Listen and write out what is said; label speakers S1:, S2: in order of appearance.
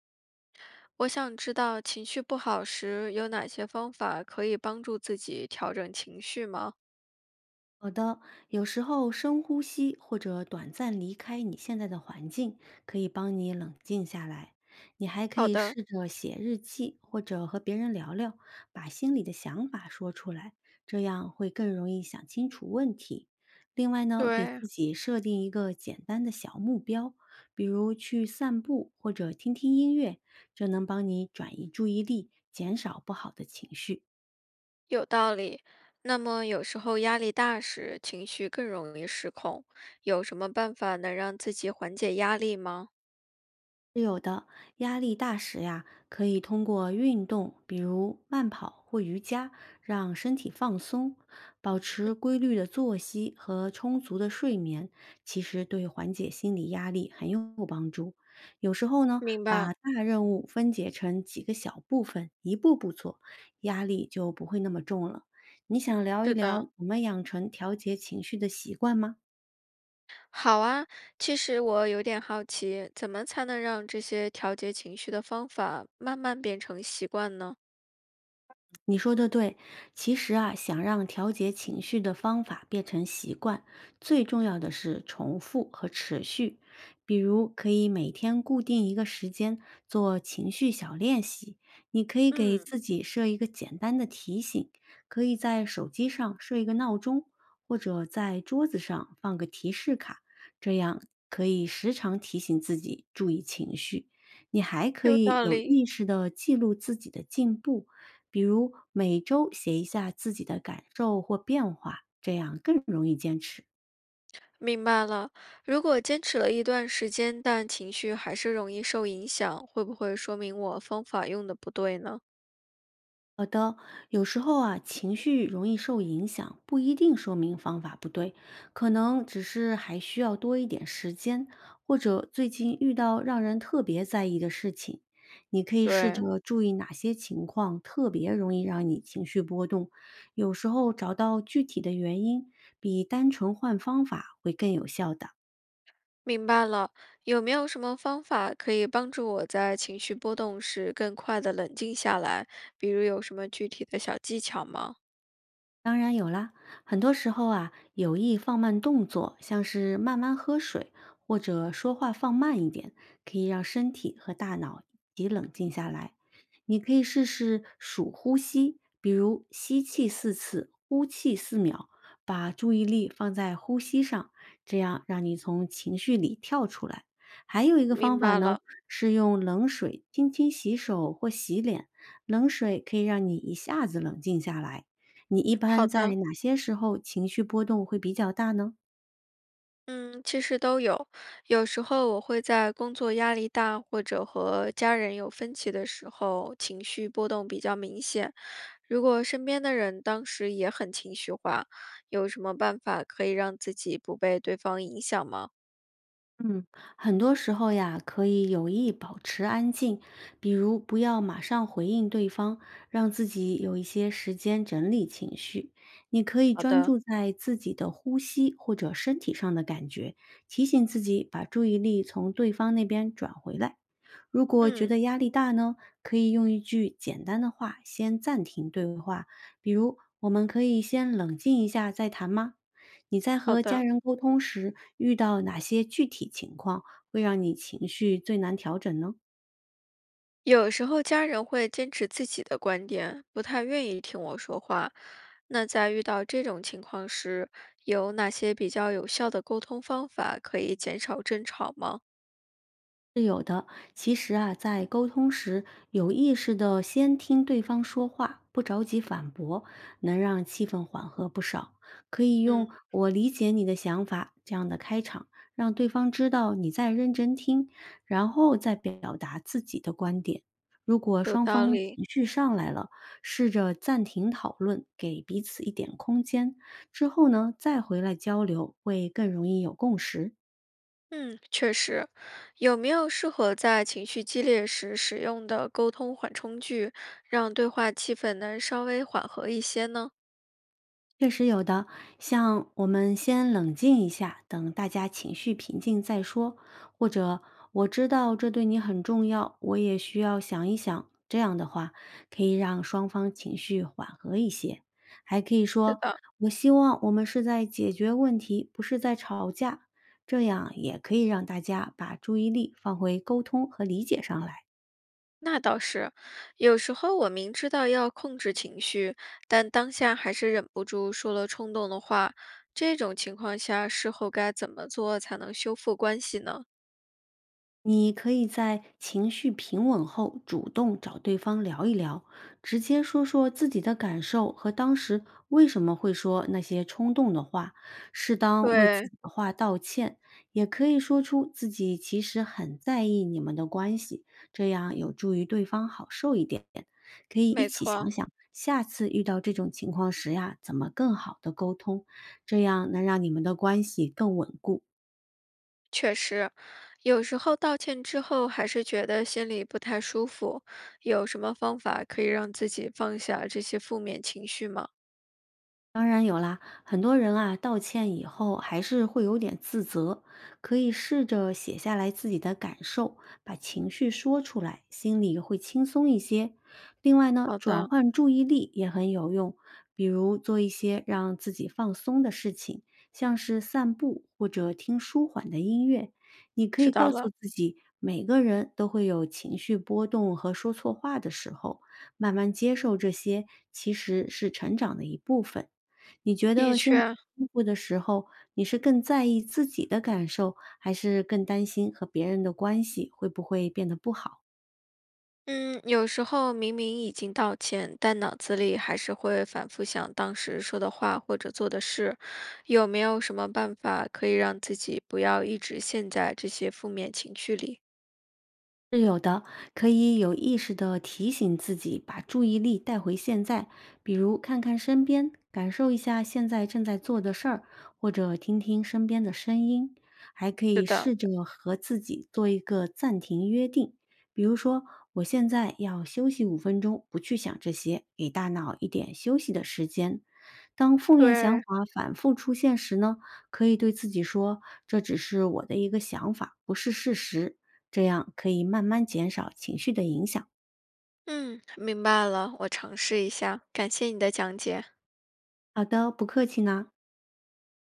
S1: 我想知道情绪不好时有哪些方法可以帮助自己调整情绪吗？
S2: 好的，有时候深呼吸或者短暂离开你现在的环境，可以帮你冷静下来。你还可
S1: 好
S2: 以
S1: 的，
S2: 试着写日记，或者和别人聊聊，把心里的想法说出来，这样会更容易想清楚问题。另外呢，给
S1: 对，
S2: 自己设定一个简单的小目标，比如去散步或者听听音乐，这能帮你转移注意力，减少不好的情绪。
S1: 有道理。那么有时候压力大时，情绪更容易失控，有什么办法能让自己缓解压力吗？
S2: 是有的，压力大时呀，可以通过运动，比如慢跑或瑜伽，让身体放松，保持规律的作息和充足的睡眠，其实对缓解心理压力很有帮助。有时候呢，
S1: 明白，
S2: 把大任务分解成几个小部分，一步步做，压力就不会那么重了。你想聊一
S1: 是的，
S2: 聊怎么养成调节情绪的习惯吗？
S1: 好啊，其实我有点好奇，怎么才能让这些调节情绪的方法慢慢变成习惯呢？
S2: 你说的对，其实啊，想让调节情绪的方法变成习惯，最重要的是重复和持续。比如，可以每天固定一个时间做情绪小练习，你可以给
S1: 嗯，
S2: 自己设一个简单的提醒，可以在手机上设一个闹钟，或者在桌子上放个提示卡，这样可以时常提醒自己注意情绪。你还可
S1: 有
S2: 以
S1: 道
S2: 有
S1: 理。
S2: 意识的记录自己的进步。比如每周写一下自己的感受或变化，这样更容易坚持。
S1: 明白了，如果坚持了一段时间，但情绪还是容易受影响，会不会说明我方法用的不对呢？
S2: 好的，有时候啊，情绪容易受影响，不一定说明方法不对，可能只是还需要多一点时间，或者最近遇到让人特别在意的事情，你可以试
S1: 对，
S2: 着注意哪些情况特别容易让你情绪波动，有时候找到具体的原因，比单纯换方法会更有效的。
S1: 明白了，有没有什么方法可以帮助我在情绪波动时更快的冷静下来？比如有什么具体的小技巧吗？
S2: 当然有啦，很多时候啊，有意放慢动作，像是慢慢喝水或者说话放慢一点，可以让身体和大脑一起冷静下来。你可以试试数呼吸，比如吸气4次，呼气4秒，把注意力放在呼吸上，这样让你从情绪里跳出来。还有一个
S1: 明
S2: 方法
S1: 白
S2: 呢，
S1: 了，
S2: 是用冷水轻轻洗手或洗脸，冷水可以让你一下子冷静下来。你一般
S1: 好
S2: 在
S1: 的，
S2: 哪些时候情绪波动会比较大呢？
S1: 嗯，其实都有。有时候我会在工作压力大或者和家人有分歧的时候，情绪波动比较明显。如果身边的人当时也很情绪化，有什么办法可以让自己不被对方影响吗？
S2: 嗯，很多时候呀，可以有意保持安静，比如不要马上回应对方，让自己有一些时间整理情绪。你可以
S1: 好
S2: 专
S1: 的，
S2: 注在自己的呼吸或者身体上的感觉，提醒自己把注意力从对方那边转回来。如果觉
S1: 嗯，
S2: 得压力大呢，可以用一句简单的话先暂停对话，比如“我们可以先冷静一下再谈吗？”你在
S1: 好
S2: 和家
S1: 的。
S2: 人沟通时，遇到哪些具体情况会让你情绪最难调整呢？
S1: 有时候家人会坚持自己的观点，不太愿意听我说话。那在遇到这种情况时，有哪些比较有效的沟通方法可以减少争吵吗？
S2: 是有的。其实啊，在沟通时，有意识的先听对方说话，不着急反驳，能让气氛缓和不少。可以用
S1: 嗯，
S2: “我理解你的想法”这样的开场，让对方知道你在认真听，然后再表达自己的观点。如果
S1: 有
S2: 双
S1: 道
S2: 方
S1: 理。
S2: 情绪上来了，试着暂停讨论，给彼此一点空间，之后呢，再回来交流，会更容易有共识。
S1: 嗯，确实，有没有适合在情绪激烈时使用的沟通缓冲句，让对话气氛能稍微缓和一些呢？
S2: 确实有的，像我们先冷静一下，等大家情绪平静再说，或者我知道这对你很重要，我也需要想一想。这样的话，可以让双方情绪缓和一些，还可以
S1: 是
S2: 说
S1: 的，
S2: 我希望我们是在解决问题，不是在吵架，这样也可以让大家把注意力放回沟通和理解上来。
S1: 那倒是。有时候我明知道要控制情绪，但当下还是忍不住说了冲动的话，这种情况下，事后该怎么做才能修复关系呢？
S2: 你可以在情绪平稳后主动找对方聊一聊，直接说说自己的感受和当时为什么会说那些冲动的话，适当为自
S1: 对，
S2: 己的话道歉，也可以说出自己其实很在意你们的关系，这样有助于对方好受一点。可以一
S1: 没
S2: 起
S1: 错。
S2: 想想，下次遇到这种情况时呀，怎么更好的沟通，这样能让你们的关系更稳固。
S1: 确实，有时候道歉之后还是觉得心里不太舒服，有什么方法可以让自己放下这些负面情绪吗？
S2: 当然有啦，很多人啊，道歉以后还是会有点自责，可以试着写下来自己的感受，把情绪说出来，心里会轻松一些。另外呢，
S1: 好
S2: 转
S1: 的，
S2: 换注意力也很有用，比如做一些让自己放松的事情，像是散步或者听舒缓的音乐。你可
S1: 知
S2: 以
S1: 道
S2: 告诉
S1: 了。
S2: 自己，每个人都会有情绪波动和说错话的时候，慢慢接受这些，其实是成长的一部分。你觉
S1: 的
S2: 得心理
S1: 确，
S2: 恢复的时候，你是更在意自己的感受，还是更担心和别人的关系会不会变得不好？
S1: 嗯，有时候明明已经道歉，但脑子里还是会反复想当时说的话或者做的事，有没有什么办法可以让自己不要一直陷在这些负面情绪里？
S2: 是有的，可以有意识的提醒自己把注意力带回现在，比如看看身边，感受一下现在正在做的事儿，或者听听身边的声音，还可以试着和自己做一个暂停约定，比如说我现在要休息5分钟，不去想这些，给大脑一点休息的时间。当负面想
S1: 对，
S2: 法反复出现时呢，可以对自己说：“这只是我的一个想法，不是事实。”这样可以慢慢减少情绪的影响。
S1: 嗯，明白了，我尝试一下，感谢你的讲解。
S2: 好的，不客气呢。